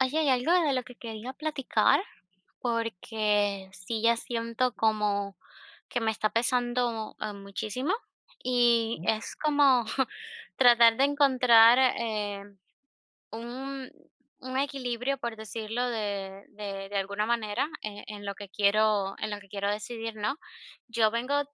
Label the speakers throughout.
Speaker 1: Oye, hay algo de lo que quería platicar, porque sí ya siento como que me está pesando, muchísimo, y
Speaker 2: Mm,
Speaker 1: es como tratar de encontrar, un un equilibrio, por decirlo de alguna manera, en lo que quiero en lo que quiero decidir, ¿no? Yo vengo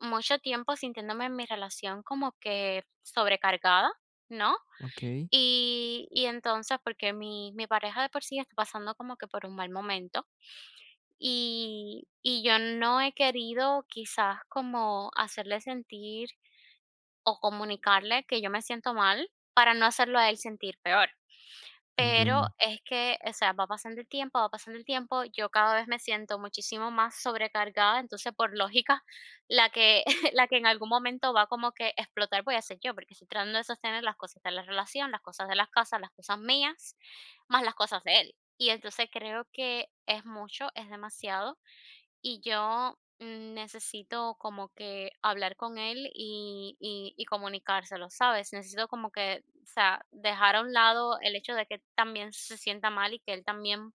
Speaker 1: mucho tiempo sintiéndome en mi relación como que sobrecargada, ¿no?
Speaker 2: okey,
Speaker 1: Y entonces, porque mi pareja de por sí está pasando como que por un mal momento, y yo no he querido quizás como hacerle sentir o comunicarle que yo me siento mal, para no hacerlo a él sentir peor. Pero
Speaker 2: entiendo.
Speaker 1: es que, o sea, va pasando el tiempo, va pasando el tiempo, yo cada vez me siento muchísimo más sobrecargada, entonces por lógica, la que, la que en algún momento va como que explotar voy a ser yo, porque estoy tratando de sostener las cosas de la relación, las cosas de las casas, las cosas mías, más las cosas de él. Y entonces creo que es mucho, es demasiado y yo necesito como que hablar con él y comunicárselo, ¿sabes? Necesito como que, o sea, dejar a un lado el hecho de que también se sienta mal y que él también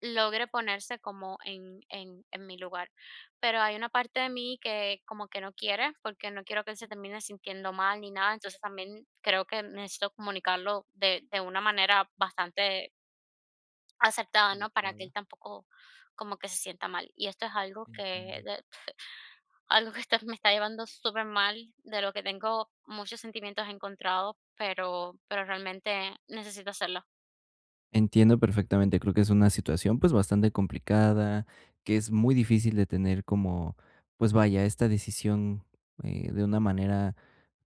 Speaker 1: logre ponerse como en mi lugar. Pero hay una parte de mí que como que no quiere, porque no quiero que él se termine sintiendo mal ni nada. Entonces también creo que necesito comunicarlo de una manera bastante aceptada, ¿no? Para que él
Speaker 2: Adecuada,
Speaker 1: tampoco como que se sienta mal. Y esto es algo que
Speaker 2: entiendo.
Speaker 1: algo que está me está llevando súper mal de lo que tengo muchos sentimientos encontrados, pero realmente necesito hacerlo.
Speaker 2: Entiendo perfectamente, creo que es una situación, pues, bastante complicada, que es muy difícil de tener como, pues vaya, esta decisión, de una manera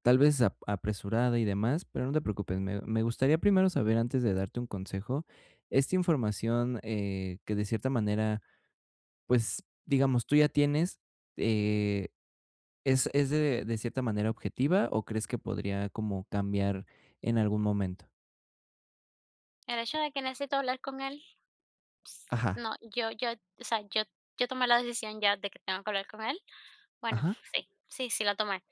Speaker 2: tal vez ap apresurada y demás, pero no te preocupes, me gustaría primero saber, antes de darte un consejo, esta información, que de cierta manera, pues, digamos, tú ya tienes. eh es de cierta manera objetiva o crees que podría como cambiar en algún momento?
Speaker 1: El hecho de que necesito hablar con él,
Speaker 2: Ajá,
Speaker 1: no, yo, o sea, yo tomé la decisión ya de que tengo que hablar con él. Bueno,
Speaker 2: ajá,
Speaker 1: sí, sí la tomé.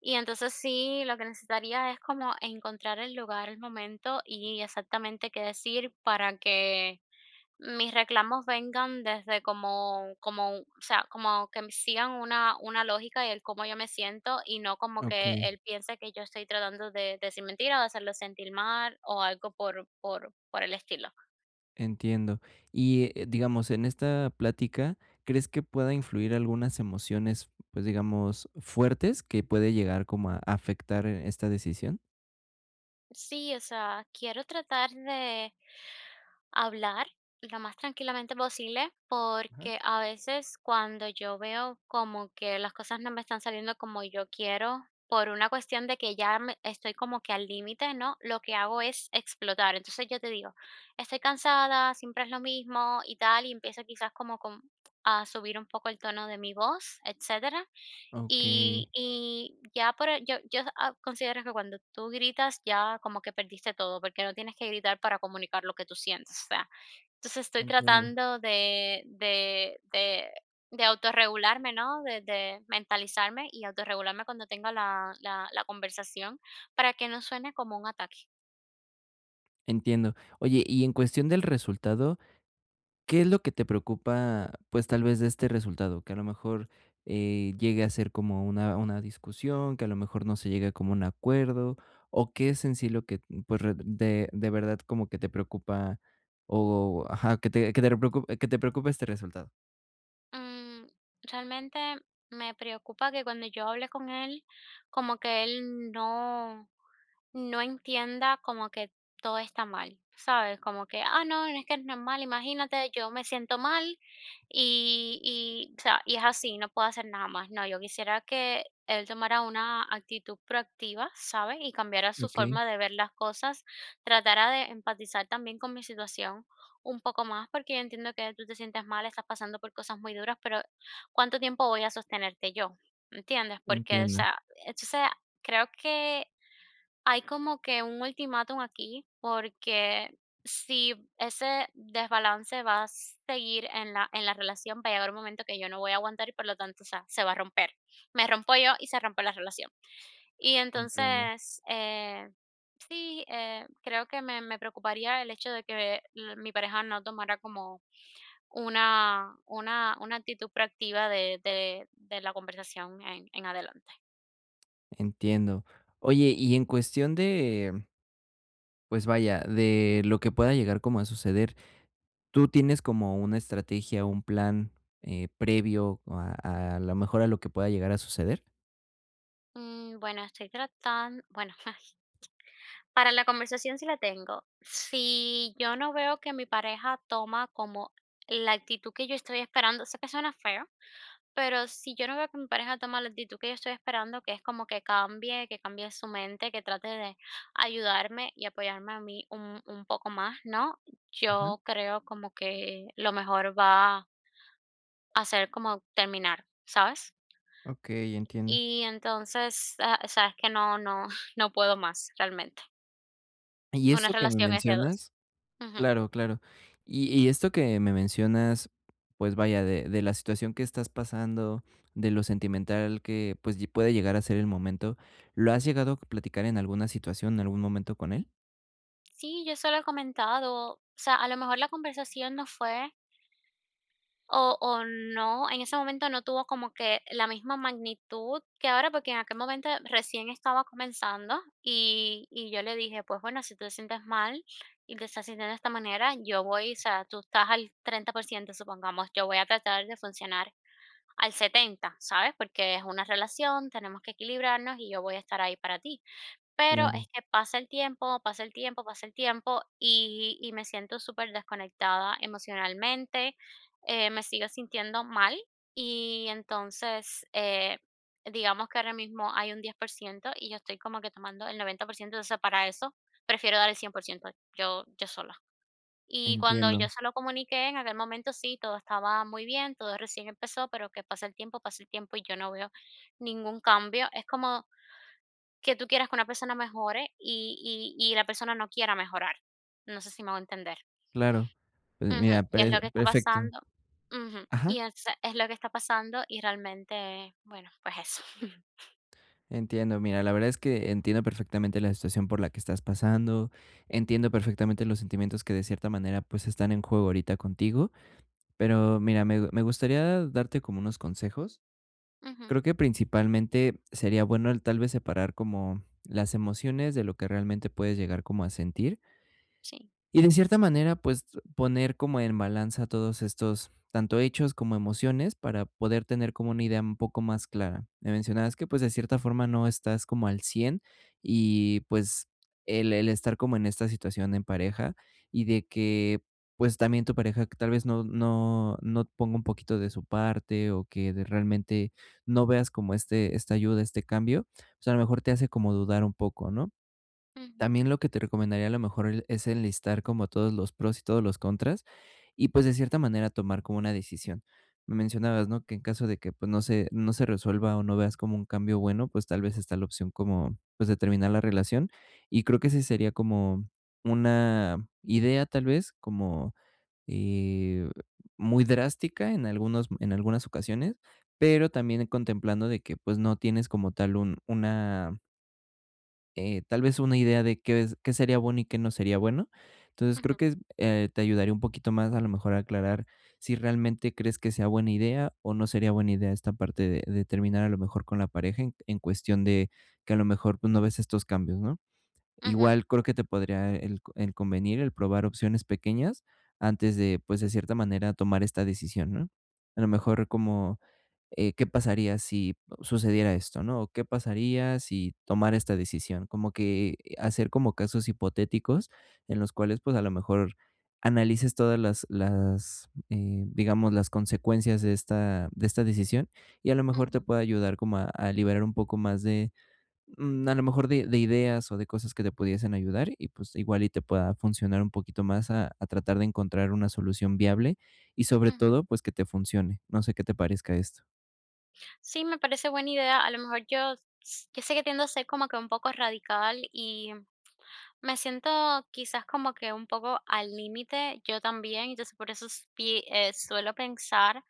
Speaker 1: Y entonces sí, lo que necesitaría es como encontrar el lugar, el momento y exactamente qué decir para que mis reclamos vengan desde como, o sea, como que me sigan una lógica y el cómo yo me siento, y no como que
Speaker 2: okey,
Speaker 1: él piense que yo estoy tratando de decir mentira, o de hacerlo sentir mal, o algo por el estilo.
Speaker 2: entiendo. Y, digamos, en esta plática, ¿crees que pueda influir algunas emociones, pues, digamos, fuertes que puede llegar como a afectar esta decisión?
Speaker 1: Sí, o sea, quiero tratar de hablar lo más tranquilamente posible,
Speaker 2: Ajá,
Speaker 1: porque a veces cuando yo veo como que las cosas no me están saliendo como yo quiero, por una cuestión de que ya estoy como que al límite, ¿no? Lo que hago es explotar. Entonces yo te digo, estoy cansada, siempre es lo mismo y tal, y empiezo quizás a subir un poco el tono de mi voz, etcétera.
Speaker 2: okey,
Speaker 1: Y ya por el considero que cuando tú gritas ya como que perdiste todo, porque no tienes que gritar para comunicar lo que tú sientes, o sea, entonces estoy
Speaker 2: entiendo,
Speaker 1: tratando de autorregularme, ¿no? De mentalizarme y autorregularme cuando tenga la conversación para que no suene como un ataque.
Speaker 2: entiendo. Oye, y en cuestión del resultado, ¿qué es lo que te preocupa, pues, tal vez de este resultado? Que a lo mejor, llegue a ser como una discusión, que a lo mejor no se llegue como un acuerdo, o ¿qué es en sí lo que, pues, re de verdad como que te preocupa o ajá, que te preocu que te preocupa este resultado?
Speaker 1: Mm, realmente me preocupa que cuando yo hable con él, como que él no no entienda como que todo está mal, ¿sabes? Como que, ah, no, es que no es normal, imagínate, yo me siento mal y, o sea, y es así, no puedo hacer nada más. No, yo quisiera que él tomara una actitud proactiva, ¿sabes? Y cambiara su
Speaker 2: Okey,
Speaker 1: forma de ver las cosas, tratara de empatizar también con mi situación un poco más, porque yo entiendo que tú te sientes mal, estás pasando por cosas muy duras, pero ¿cuánto tiempo voy a sostenerte yo? ¿Entiendes? Porque, o
Speaker 2: entiendo,
Speaker 1: sea, entonces creo que hay como que un ultimátum aquí, porque si ese desbalance va a seguir en la relación, va a llegar un momento que yo no voy a aguantar y por lo tanto, o sea, se va a romper. Me rompo yo y se rompe la relación. Y
Speaker 2: entiendo,
Speaker 1: entonces, sí, creo que me preocuparía el hecho de que l mi pareja no tomara como una actitud proactiva de la conversación en adelante.
Speaker 2: entiendo. Oye, y en cuestión de, pues, vaya, de lo que pueda llegar como a suceder, ¿tú tienes como una estrategia, un plan, previo a lo mejor a lo que pueda llegar a suceder?
Speaker 1: Bueno, estoy tratando bueno para la conversación sí la tengo. Si yo no veo que mi pareja toma como la actitud que yo estoy esperando, sé que suena feo, pero si yo no veo que mi pareja toma la actitud que yo estoy esperando, que es como que cambie su mente, que trate de ayudarme y apoyarme a mí un poco más, ¿no?
Speaker 2: Ajá,
Speaker 1: Yo creo como que lo mejor va a ser como terminar, ¿sabes?
Speaker 2: okey, entiendo.
Speaker 1: Y entonces, ah, sabes que no, no, no puedo más realmente.
Speaker 2: Y
Speaker 1: Una
Speaker 2: esto que me
Speaker 1: relación es de a dos.
Speaker 2: mencionas
Speaker 1: Ujú.
Speaker 2: claro, claro. Y esto que me mencionas, pues vaya, de la situación que estás pasando, de lo sentimental que, pues, lle puede llegar a ser el momento, ¿lo has llegado a platicar en alguna situación, en algún momento con él?
Speaker 1: Sí, yo se lo he comentado. O sea, a lo mejor la conversación no fue o no, en ese momento no tuvo como que la misma magnitud que ahora, porque en aquel momento recién estaba comenzando y yo le dije, pues bueno, si tú te sientes mal y te estás sintiendo de esta manera, yo voy, o sea, tú estás al 30%, supongamos, yo voy a tratar de funcionar al 70%, ¿sabes? Porque es una relación, tenemos que equilibrarnos y yo voy a estar ahí para ti. Pero
Speaker 2: Claro,
Speaker 1: es que pasa el tiempo, pasa el tiempo, pasa el tiempo y me siento súper desconectada emocionalmente, me sigo sintiendo mal y entonces digamos que ahora mismo hay un 10% y yo estoy como que tomando el 90%, entonces para eso prefiero dar el 100% yo, yo sola. Y cuando yo
Speaker 2: entiendo,
Speaker 1: se lo comuniqué, en aquel momento sí, todo estaba muy bien, todo recién empezó, pero que pasa el tiempo y yo no veo ningún cambio. Es como que tú quieras que una persona mejore y y la persona no quiera mejorar. No sé si me hago entender.
Speaker 2: claro. Pues
Speaker 1: Ujú,
Speaker 2: mira,
Speaker 1: y es
Speaker 2: pre
Speaker 1: lo que está
Speaker 2: perfecto.
Speaker 1: pasando. Ujú,
Speaker 2: Ajá.
Speaker 1: y es lo que está pasando y realmente, bueno, pues eso.
Speaker 2: Entiendo, mira, la verdad es que entiendo perfectamente la situación por la que estás pasando, entiendo perfectamente los sentimientos que de cierta manera pues están en juego ahorita contigo, pero mira, me gustaría darte como unos consejos.
Speaker 1: Ujú,
Speaker 2: Creo que principalmente sería bueno el tal vez separar como las emociones de lo que realmente puedes llegar como a sentir
Speaker 1: sí.
Speaker 2: y de cierta manera, pues, poner como en balanza todos estos, tanto hechos como emociones, para poder tener como una idea un poco más clara. Me mencionabas que, pues, de cierta forma no estás como al 100 y, pues, el estar como en esta situación en pareja y de que, pues, también tu pareja que tal vez no ponga un poquito de su parte o que de realmente no veas como este esta ayuda, este cambio, pues, a lo mejor te hace como dudar un poco, ¿no?
Speaker 1: Ujú,
Speaker 2: También lo que te recomendaría a lo mejor el es enlistar como todos los pros y todos los contras, y, pues, de cierta manera tomar como una decisión. Me mencionabas, ¿no?, que en caso de que, pues, no se resuelva o no veas como un cambio bueno, pues, tal vez está la opción como, pues, de terminar la relación, y creo que ese sería como una idea, tal vez, como, eh, muy drástica en algunas ocasiones, pero también contemplando de que, pues, no tienes como tal un una tal vez una idea de qué es qué sería bueno y qué no sería bueno. Entonces, creo
Speaker 1: ujú,
Speaker 2: que te ayudaría un poquito más a lo mejor a aclarar si realmente crees que sea buena idea o no sería buena idea esta parte de terminar a lo mejor con la pareja en cuestión de que a lo mejor pues, no ves estos cambios, ¿no?
Speaker 1: ujú,
Speaker 2: Igual creo que te podría el convenir el probar opciones pequeñas antes de, pues, de cierta manera, tomar esta decisión, ¿no? A lo mejor como, ¿qué pasaría si sucediera esto, no? O, ¿qué pasaría si tomara esta decisión? Como que hacer como casos hipotéticos en los cuales, pues, a lo mejor analices todas digamos, las consecuencias de esta decisión, y a lo mejor te
Speaker 1: ujú,
Speaker 2: puede ayudar como a liberar un poco más de a lo mejor de ideas o de cosas que te pudiesen ayudar y, pues, igual y te pueda funcionar un poquito más a tratar de encontrar una solución viable y, sobre
Speaker 1: ujú.
Speaker 2: todo, pues, que te funcione. No sé qué te parezca esto.
Speaker 1: Sí, me parece buena idea. A lo mejor yo sé que tiendo a ser como que un poco radical y me siento quizás como que un poco al límite yo también, entonces por eso s pi suelo pensar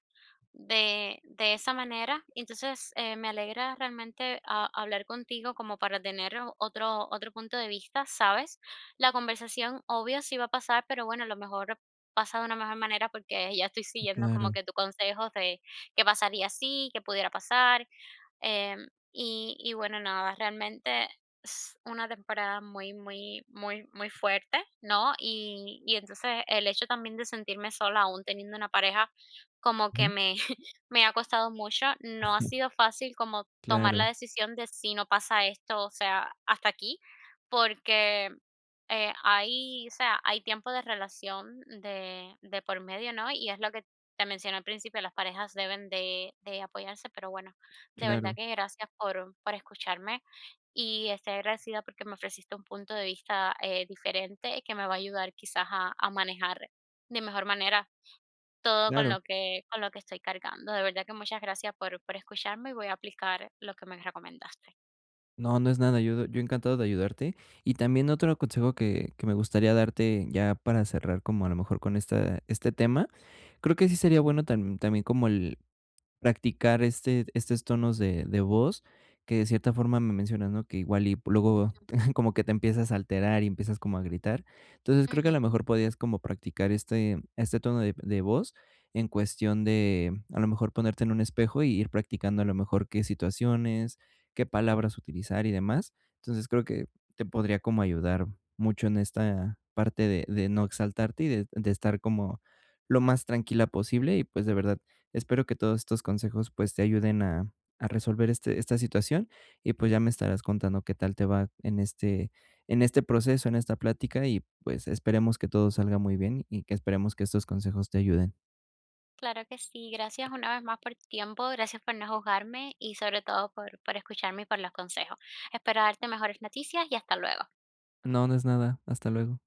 Speaker 1: de esa manera. Entonces, me alegra realmente hablar contigo como para tener otro punto de vista, ¿sabes? La conversación, obvio, sí va a pasar, pero bueno, a lo mejor pasa de una mejor manera porque ya estoy siguiendo como
Speaker 2: Claro,
Speaker 1: que tu consejos de qué pasaría si, qué pudiera pasar. Y bueno, nada, realmente es una temporada muy, muy, muy, muy fuerte, ¿no? Y entonces el hecho también de sentirme sola, aún teniendo una pareja, como que
Speaker 2: ajá,
Speaker 1: me, me ha costado mucho. No ha sido fácil como tomar la
Speaker 2: claro,
Speaker 1: decisión de si no pasa esto, o sea, hasta aquí, porque hay, o sea, hay tiempo de relación de por medio, ¿no? Y es lo que te mencioné al principio, las parejas deben de apoyarse, pero bueno de verdad
Speaker 2: claro,
Speaker 1: que gracias por escucharme y estoy agradecida porque me ofreciste un punto de vista diferente que me va a ayudar quizás a manejar de mejor manera todo
Speaker 2: claro.
Speaker 1: con lo que estoy cargando. De verdad que muchas gracias por escucharme y voy a aplicar lo que me recomendaste.
Speaker 2: No, no es nada, yo encantado de ayudarte. Y también otro consejo que me gustaría darte ya para cerrar como a lo mejor con esta este tema, creo que sí sería bueno también como el practicar este estos tonos de voz que de cierta forma me mencionas, ¿no? Que igual y luego como que te empiezas a alterar y empiezas como a gritar. Entonces, creo que a
Speaker 1: Ujú,
Speaker 2: lo mejor podías como practicar este este tono de voz en cuestión de, a lo mejor, ponerte en un espejo y ir practicando a lo mejor qué situaciones, qué palabras utilizar y demás. Entonces, creo que te podría como ayudar mucho en esta parte de no exaltarte y de estar como lo más tranquila posible y, pues, de verdad espero que todos estos consejos, pues, te ayuden a resolver este esta situación y, pues, ya me estarás contando qué tal te va en este proceso, en esta plática y, pues, esperemos que todo salga muy bien y que esperemos que estos consejos te ayuden.
Speaker 1: claro que sí, gracias una vez más por tu tiempo, gracias por no juzgarme y sobre todo por escucharme y por los consejos. Espero darte mejores noticias y hasta luego.
Speaker 2: No, no es nada. Hasta luego.